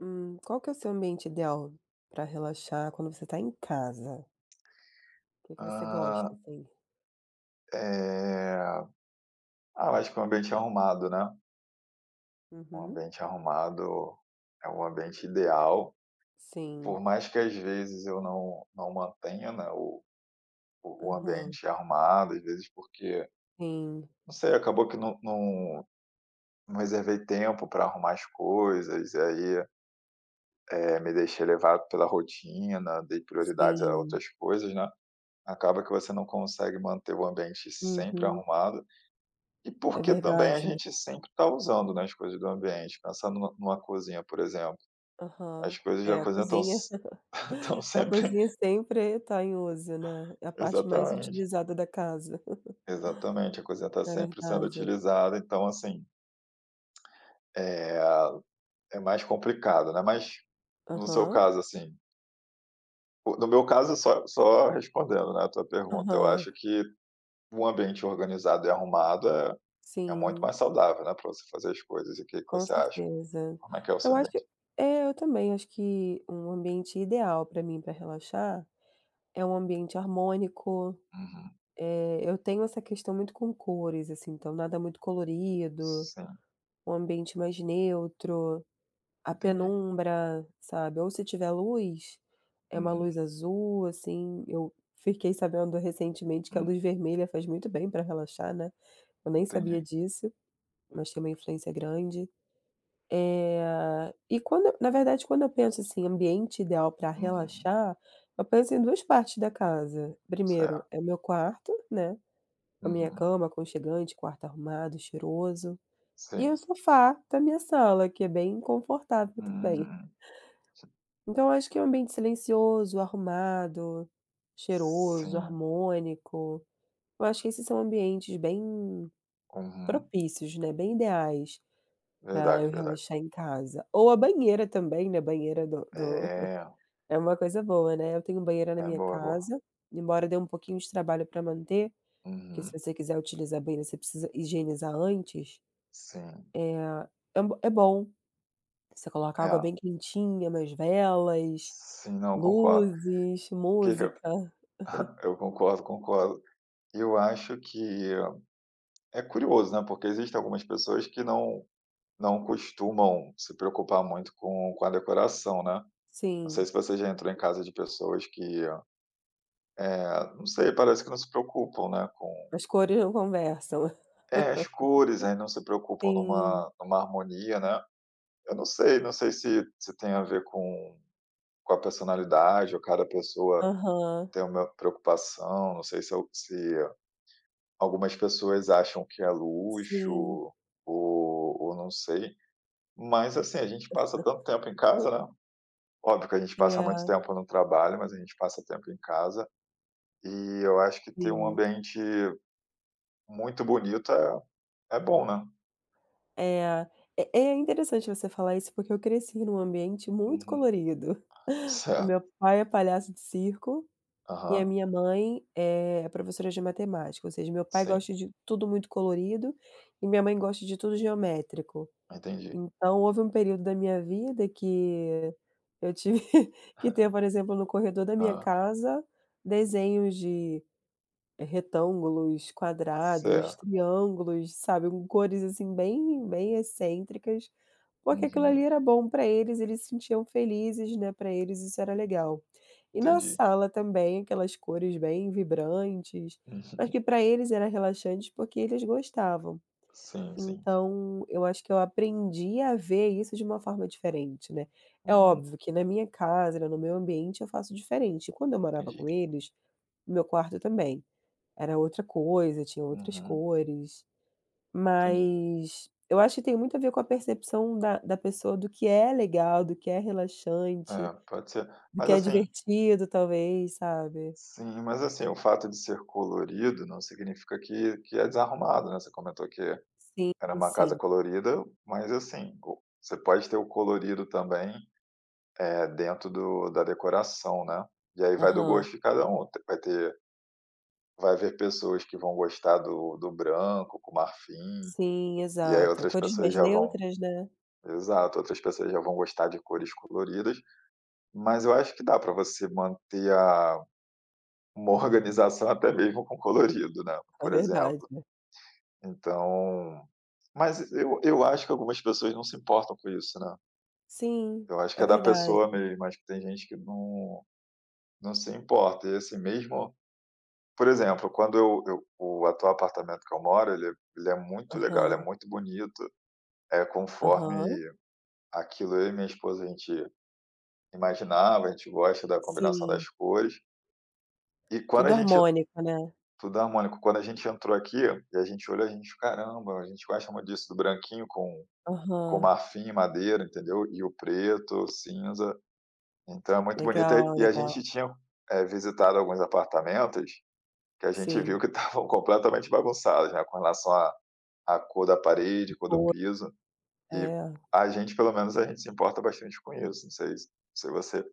Qual que é o seu ambiente ideal para relaxar quando você está em casa? O que que você gosta, Ah, assim? eh, eu acho que um ambiente arrumado, né. Um Uhum. ambiente arrumado é um ambiente ideal, Sim. por mais que às vezes eu não mantenha, né, o Aham. ambiente arrumado, às vezes Sim. não sei, acabou que não reservei tempo para arrumar as coisas, e aí, me deixei levar pela rotina, dei prioridades a Sim. outras coisas, né, acaba que você não consegue manter o ambiente sempre Uhum. arrumado. E É porque também a verdade. gente sempre está usando, né, as coisas do ambiente. Pensando numa cozinha, por exemplo, Aham. as coisas da É, a cozinha estão cozinha s a sempre cozinha sempre tá em uso, né. É a parte mais exatamente, utilizada da casa. exatamente, a cozinha está É sempre sendo verdade. utilizada, então assim, eh, é mais complicado, né. Mas no seu Aham. caso, assim, o no meu caso, só respondendo, né, a tua pergunta, eu Aham. acho que um ambiente organizado e arrumado é muito Sim, mais saudável, né, para você fazer as coisas. E o que que com você acha? certeza. Como é que é o seu Eu acho ambiente? Eu também acho que um ambiente ideal para mim para relaxar é um ambiente harmônico. Uhum. Eu tenho essa questão muito com cores, assim, então nada muito colorido, Sim, um ambiente mais neutro, a entendi. penumbra, sabe, ou se tiver luz, é uma luz Uhum. azul, assim. Eu fiquei sabendo recentemente que a Hum, luz vermelha faz muito bem para relaxar, né, eu nem sabia entendi. disso, mas tem uma influência grande. Eh, e quando eu Na verdade, quando eu penso, assim, ambiente ideal para Uhum, relaxar, eu penso em 2 partes da casa. Primeiro, é certo. o meu quarto, né, com a minha Uhum, cama aconchegante, quarto arrumado, cheiroso, e o sim. sofá da minha sala, que é bem confortável também. Uhum. Então eu acho que é um ambiente silencioso, arrumado, cheiroso, Sim. harmônico. Eu acho que esses são ambientes bem Uhum. propícios, né, bem ideais. Pra eu Verdade, verdade. relaxar em casa. Ou a banheira também, né, banheira do do É, é uma coisa boa, né. Eu tenho banheira na é minha boa, é boa. casa, embora dê um pouquinho de trabalho pra manter, porque se Uhum, você quiser utilizar banheira, você precisa higienizar antes. sim. Eh, é bo é bom. Você coloca água É, bem quentinha, umas velas, sim, não, concordo. luzes, Que música. eu concordo, concordo. Eu acho que é curioso, né, porque existem algumas pessoas que não costumam se preocupar muito com a decoração, né. Não sei Sim, se você já entrou em casa de pessoas que, não sei, parece que não se preocupam, né, com as cores não conversam. É, as cores aí não se preocupam Sim. numa harmonia, né. Eu não sei, não sei se se tem a ver com a personalidade ou cada pessoa Aham. tem uma preocupação, não sei se algumas pessoas acham que é luxo Sim. ou não sei. Mas, assim, a gente passa tanto tempo em casa, né, óbvio que a gente passa muito É, tempo no trabalho, mas a gente passa tempo em casa, e eu acho que ter um sim. ambiente muito bonito é bom, né. É, é, é interessante você falar isso, porque eu cresci num ambiente muito Uhum. colorido. O Certo. meu pai é palhaço de circo e a Aham. minha mãe é professora de matemática, ou seja, meu pai Sim. gosta de tudo muito colorido e minha mãe gosta de tudo geométrico. Entendi. Então houve um período da minha vida que eu tive que ter, por exemplo, no corredor da minha Ah, casa, desenhos de retângulos, quadrados, certo. triângulos, sabe, com cores assim bem bem excêntricas. Porque aquilo ali Uhum, era bom para eles, eles se sentiam felizes, né, para eles isso era legal. E na entendi. sala também, aquelas cores bem vibrantes, mas Uhum. que para eles era relaxante, porque eles gostavam. Sim, sim. Então, eu acho que eu aprendi a ver isso de uma forma diferente, né. É Uhum, óbvio que na minha casa, né, no meu ambiente eu faço diferente. Quando eu morava com entendi. eles, no meu quarto também, era outra coisa, tinha outras Uhum, cores. entendi. Mas eu acho que tem muito a ver com a percepção da pessoa do que é legal, do que é relaxante, É, pode ser. do que Mas é assim divertido talvez, sabe. sim, mas assim, o fato de ser colorido não significa que é desarrumado, né, você comentou que Sim, era uma casa sim. colorida, mas assim, o você pode ter o colorido também, dentro do da decoração, né. E aí vai do Aham. gosto de cada um, t vai ter vai haver pessoas que vão gostar do branco com marfim, Sim, e aí exato. outras Cores pessoas mais já vão neutras, né. Exato, outras pessoas já vão gostar de cores coloridas, mas eu acho que dá para você manter a uma organização até mesmo com colorido, né, É por verdade. exemplo. Então mas eu acho que algumas pessoas não se importam com isso, né. Sim, Eu acho que é é da verdade. pessoa mesmo, acho que tem gente que não se importa e, assim, mesmo por exemplo, quando eu o atual apartamento que eu moro, ele é muito legal, ele é Aham, muito bonito, é conforme aham. aquilo eu e minha esposa, a gente imaginava, a gente gosta da combinação Sim, das cores. E quando a tudo gente harmônico, né. tudo harmônico. Quando a gente entrou aqui e a gente olhou, a gente, caramba, a gente gosta muito disso, do branquinho com Aham. marfim, madeira, entendeu? E o preto, cinza. Então é muito bonito. E Legal, a legal. gente tinha visitado alguns apartamentos que a gente viu Sim. que estavam completamente bagunçados, né? Com relação à, à cor da parede, cor do Boa. piso. E É. a gente, pelo menos, a gente se importa bastante com isso. Não sei se você.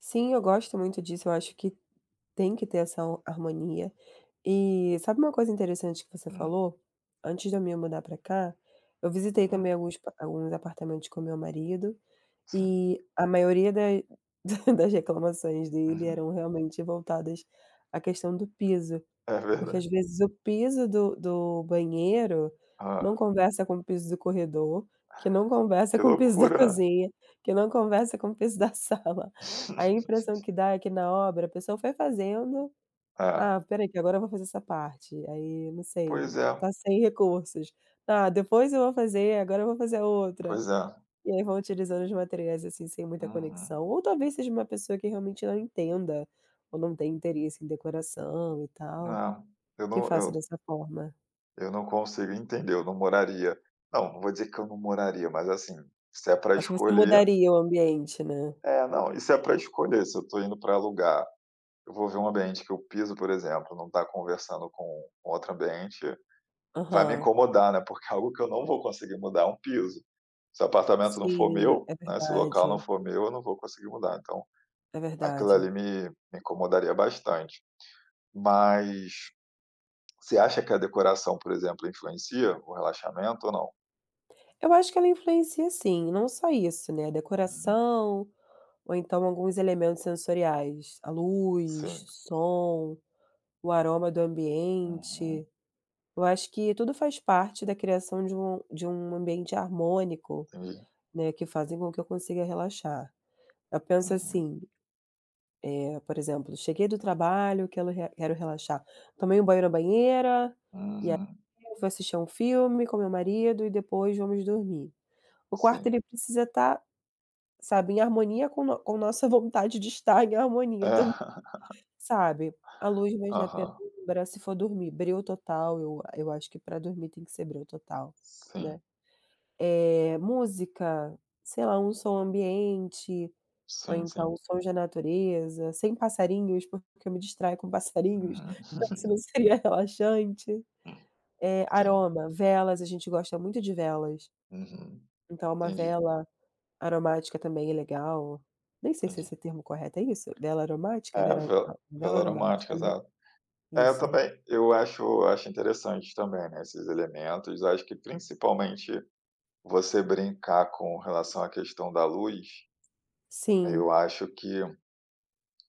Sim, eu gosto muito disso, eu acho que tem que ter essa ho harmonia. E sabe uma coisa interessante que você Hum, falou? Antes de eu me mudar pra cá, eu visitei uhum, também alguns apartamentos com meu marido, sim. e a maioria da das reclamações dele Uhum. eram realmente voltadas à questão do piso, É porque às verdade. vezes o piso do banheiro não Ah, conversa com o piso do corredor, que não conversa que com o piso da loucura, né. cozinha, que não conversa com o piso da sala. A impressão que dá é que na obra a pessoa foi fazendo: "Ah, É. espera aí que agora eu vou fazer essa parte, aí não sei, Pois é, tá sem recursos. Ah, depois eu vou fazer, agora eu vou fazer a outra." pois é. E aí vão utilizando os materiais, assim, sem muita Uhum. conexão. Ou talvez seja uma pessoa que realmente não entenda, ou não tem interesse em decoração e tal, É. Eu que não faça eu dessa forma. eu não consigo entender, eu não moraria não, não vou dizer que eu não moraria, mas, assim, se é para Acho que você escolher mudaria o ambiente, né. é, não, isso é para escolher, se eu estou indo para alugar, eu vou ver um ambiente que eu piso, por exemplo, não está conversando com outro ambiente, vai me Aham. incomodar, né, porque é algo que eu não vou conseguir mudar, é um piso. Se o apartamento não for Sim, meu, é né, se o local não verdade, for meu, eu não vou conseguir mudar, então é aquilo ali verdade. me incomodaria bastante. Mas você acha que a decoração, por exemplo, influencia o relaxamento ou não? Eu acho que ela influencia sim, não só isso, né, a Uhum. decoração, ou então alguns elementos sensoriais, a luz, Sim. som, o aroma do Uhum. ambiente. Eu acho que tudo faz parte da criação de um ambiente harmônico, Entendi. né, que fazem com que eu consiga relaxar. Eu penso Uhum. assim, por exemplo, cheguei do trabalho, quero relaxar, tomei um banho na banheira, e aí Uhum. eu vou assistir um filme com meu marido e depois vamos dormir. O quarto Sim. ele precisa estar, sabe, em harmonia com no com nossa vontade de estar em harmonia. É. Sabe, a luz mesmo na Aham. penumbra, se for dormir, breu total, eu acho que pra dormir tem que ser breu total, né. Sim. Música, sei lá, um som ambiente, ou Sim, sim. então sons da natureza, sem passarinhos, porque eu me distraio com passarinhos, Uhum. então isso não seria relaxante. Sim. Aroma, velas, a gente gosta muito de velas, Uhum. então uma Entendi, vela aromática também é legal. Nem sei se esse entendi. termo correto é isso? Vela aromática? É, Vera vela a vela vela aromática, aromática, né, exato. É, eu isso. também eu acho interessante também, né, esses elementos. Acho que principalmente você brincar com relação à questão da luz, Sim, eu acho que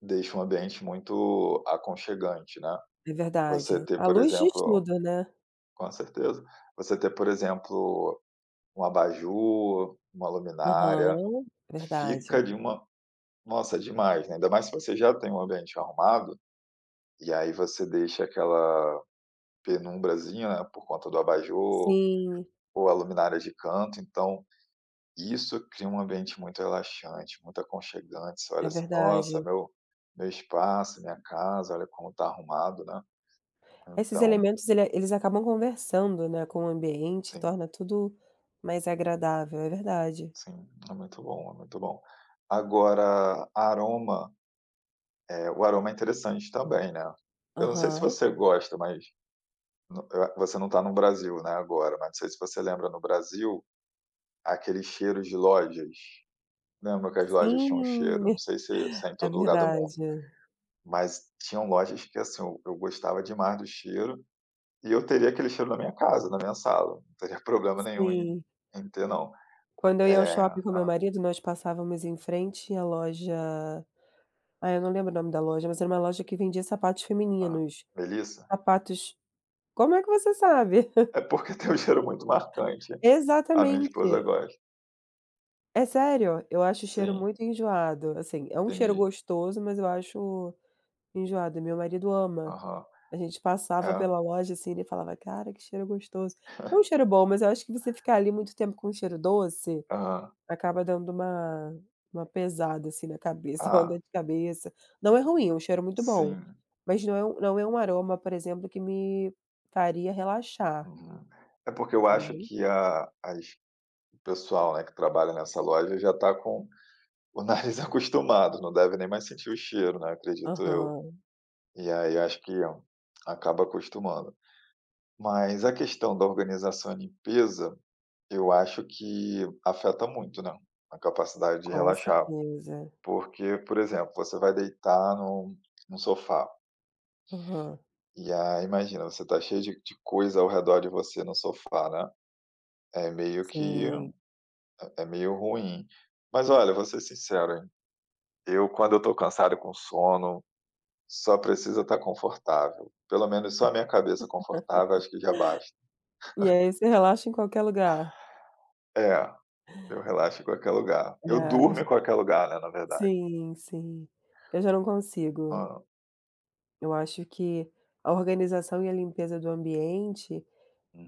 deixa um ambiente muito aconchegante, né. é verdade. Você ter, A por luz diz exemplo tudo, né. com certeza. Você ter, por exemplo, um abajur, uma luminária, Aham, verdade. fica de uma nossa, demais, né, ainda mais se você já tem um ambiente arrumado, e aí você deixa aquela penumbrazinha, né, por conta do abajur Sim, ou a luminária de canto, então isso cria um ambiente muito relaxante, muito aconchegante, você olha é assim: "Nossa, verdade. Meu espaço, minha casa, olha como tá arrumado", né. Esses Então, elementos eles acabam conversando, né, com o ambiente, sim, torna tudo mais agradável, é verdade. sim, é muito bom, é muito bom. Agora, aroma, o aroma é interessante também, né. Eu não sei se Aham. você gosta, mas no você não está no Brasil, né, agora, mas não sei se você lembra no Brasil, aqueles cheiros de lojas. Lembra que as lojas tinham um Sim, cheiro? Não sei se é em é todo lugar do mundo. verdade. Mas tinham lojas que, assim, eu gostava demais do cheiro, e eu teria aquele cheiro na minha casa, na minha sala, não teria problema nenhum em Sim. em ter não. Quando eu ia ao é shopping com meu hã, marido, nós passávamos em frente à loja. Eu não lembro o nome da loja, mas era uma loja que vendia sapatos hã, femininos. Melissa? Sapatos Como é que você sabe? É porque tem um cheiro muito marcante, a minha esposa Exatamente. gosta. É sério? Eu acho o cheiro Sim, muito enjoado, assim, é um cheiro entendi. gostoso, mas eu acho enjoado, e meu marido ama. Aham. A gente passava É, pela loja, assim, ele falava: "Cara, que cheiro gostoso". É um cheiro bom, mas eu acho que você ficar ali muito tempo com um cheiro doce, aham. acaba dando uma pesada, assim, na cabeça, uma dor Ah, de cabeça. Não é ruim, é um cheiro muito bom, sim. mas não é um aroma, por exemplo, que me faria relaxar, Uhum. É porque eu acho entendeu? que a as o pessoal, né, que trabalha nessa loja já está com o nariz acostumado, não deve nem mais sentir o cheiro, né, acredito eu. Aham, E aí acho que acaba acostumando. Mas a questão da organização e limpeza, eu acho que afeta muito, né, a capacidade de com relaxar. certeza. Porque, por exemplo, você vai deitar num sofá, Aham, e aí imagina, você está cheio de coisa ao redor de você no sofá, né, é meio que sim. é meio ruim. Mas olha, vou ser sincero, hein, eu quando eu estou cansado e com sono, só precisa estar confortável. Pelo menos só a minha cabeça confortável, acho que já basta. E aí você relaxa em qualquer lugar. É. Eu relaxo em qualquer lugar. Eu É, durmo j em qualquer lugar, né, na verdade. Sim, sim. Eu já não consigo. Hã. Eu acho que a organização e a limpeza do ambiente,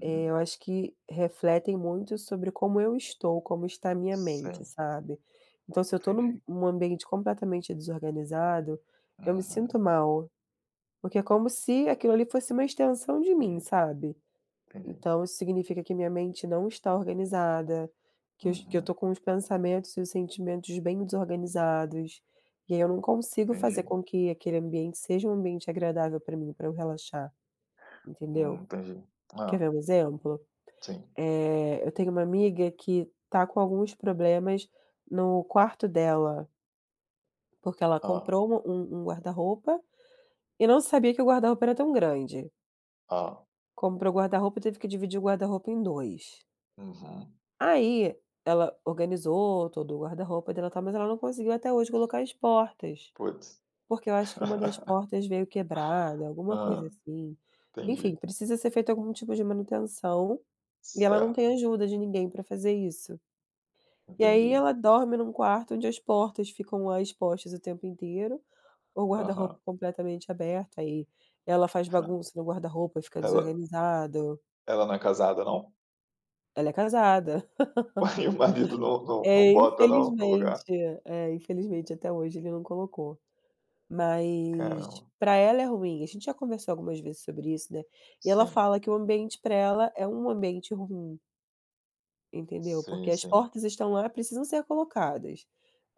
eu acho que refletem muito sobre como eu estou, como está a minha mente, Sim, sabe. Então se eu estou num entendi. num ambiente completamente desorganizado, eu me sinto Uhum. mal, porque é como se aquilo ali fosse uma extensão de mim, Entendi, sabe. entendi. Então isso significa que minha mente não está organizada, que eu Uhum. estou com os pensamentos e os sentimentos bem desorganizados, e aí eu não consigo fazer Entendi. com que aquele ambiente seja um ambiente agradável para mim, para eu relaxar, entendeu? Entendi. Quer ver Hã. um exemplo? Sim. Eu tenho uma amiga que tá com alguns problemas no quarto dela, porque ela Ah, comprou um guarda-roupa e não sabia que o guarda-roupa era tão grande. ah, Comprou o guarda-roupa e teve que dividir o guarda-roupa em 2. uhum. Aí, ela organizou todo o guarda-roupa dela, tal, mas ela não conseguiu até hoje colocar as portas, Puts. porque eu acho que uma das portas veio quebrada, alguma coisa Hã, assim. Enfim, entendi. precisa ser feito algum tipo de manutenção, e ela não tem Certo, ajuda de ninguém para fazer isso. E entendi. aí ela dorme num quarto onde as portas ficam lá expostas o tempo inteiro, o guarda-roupa Aham. completamente aberto, aí ela faz bagunça no guarda-roupa, fica Ela desorganizado. ela não é casada não? Ela é casada. E o marido não É, bota não, no infelizmente. lugar? É, infelizmente até hoje ele não colocou. Mas Caramba. para ela é ruim, a gente já conversou algumas vezes sobre isso, né, e ela Sim. fala que o ambiente para ela é um ambiente ruim, entendeu, Sim, porque as sim. portas estão lá, precisam ser colocadas,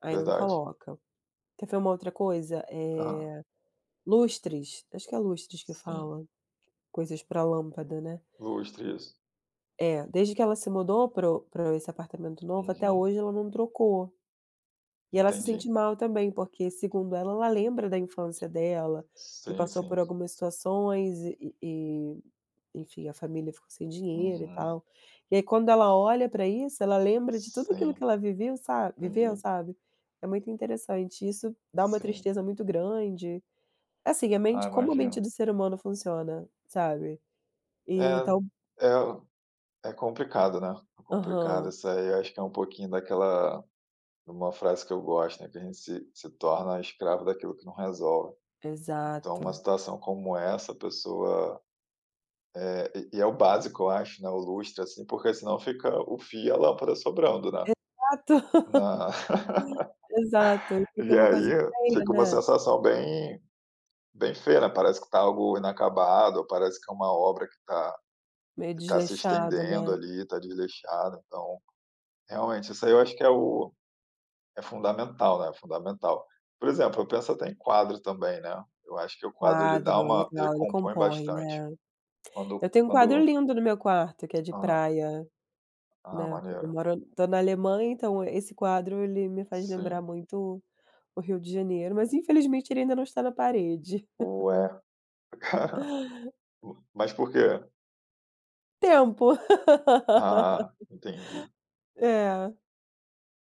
aí não Verdade. coloca. Quer ver uma outra coisa? Ah, É lustres, acho que é lustres que sim. fala, coisas para lâmpada, né. Lustre, isso. É, desde que ela se mudou para esse apartamento novo, até Uhum, hoje ela não trocou. E ela se entendi. sente mal também, porque, segundo ela, ela lembra da infância dela, que Sim, passou sim. por algumas situações e, enfim, a família ficou sem dinheiro e Uhum. tal. E aí quando ela olha para isso, ela lembra de tudo aquilo que Sim, ela viveu, sabe? viveu, entendi. sabe. É muito interessante, isso dá uma Sim. tristeza muito grande. Assim, a mente Ah, como a mente imagino. do ser humano funciona, sabe. E então, É é é complicado, né, é complicado aham, isso aí, eu acho que é um pouquinho daquela de uma frase que eu gosto, né, que a gente se torna escravo daquilo que não resolve. Então uma exato. situação como essa, a pessoa é o básico eu acho, né, o lustre, assim, porque senão fica o fio e a lâmpada sobrando, né, Exato, na exato. E fica e uma coisa aí feia, fica uma né, sensação bem bem feia, né, parece que está algo inacabado, ou parece que é uma obra que está meio que tá se desleixado, estendendo né. ali, está desleixada, então, realmente isso aí eu acho que é o é fundamental, né, fundamental. Por exemplo, eu penso até em quadro também, né, eu acho que o quadro ele dá Quadro, uma ele legal, ele compõe compõe, bastante. né. Quando Eu tenho um quadro quando lindo no meu quarto, que é de ah, praia, ah, né, eu maneiro. moro tô na Alemanha, então esse quadro ele me faz lembrar Sim. muito o Rio de Janeiro, mas infelizmente ele ainda não está na parede. Ué, mas por quê? Tempo. Ah, entendi. É.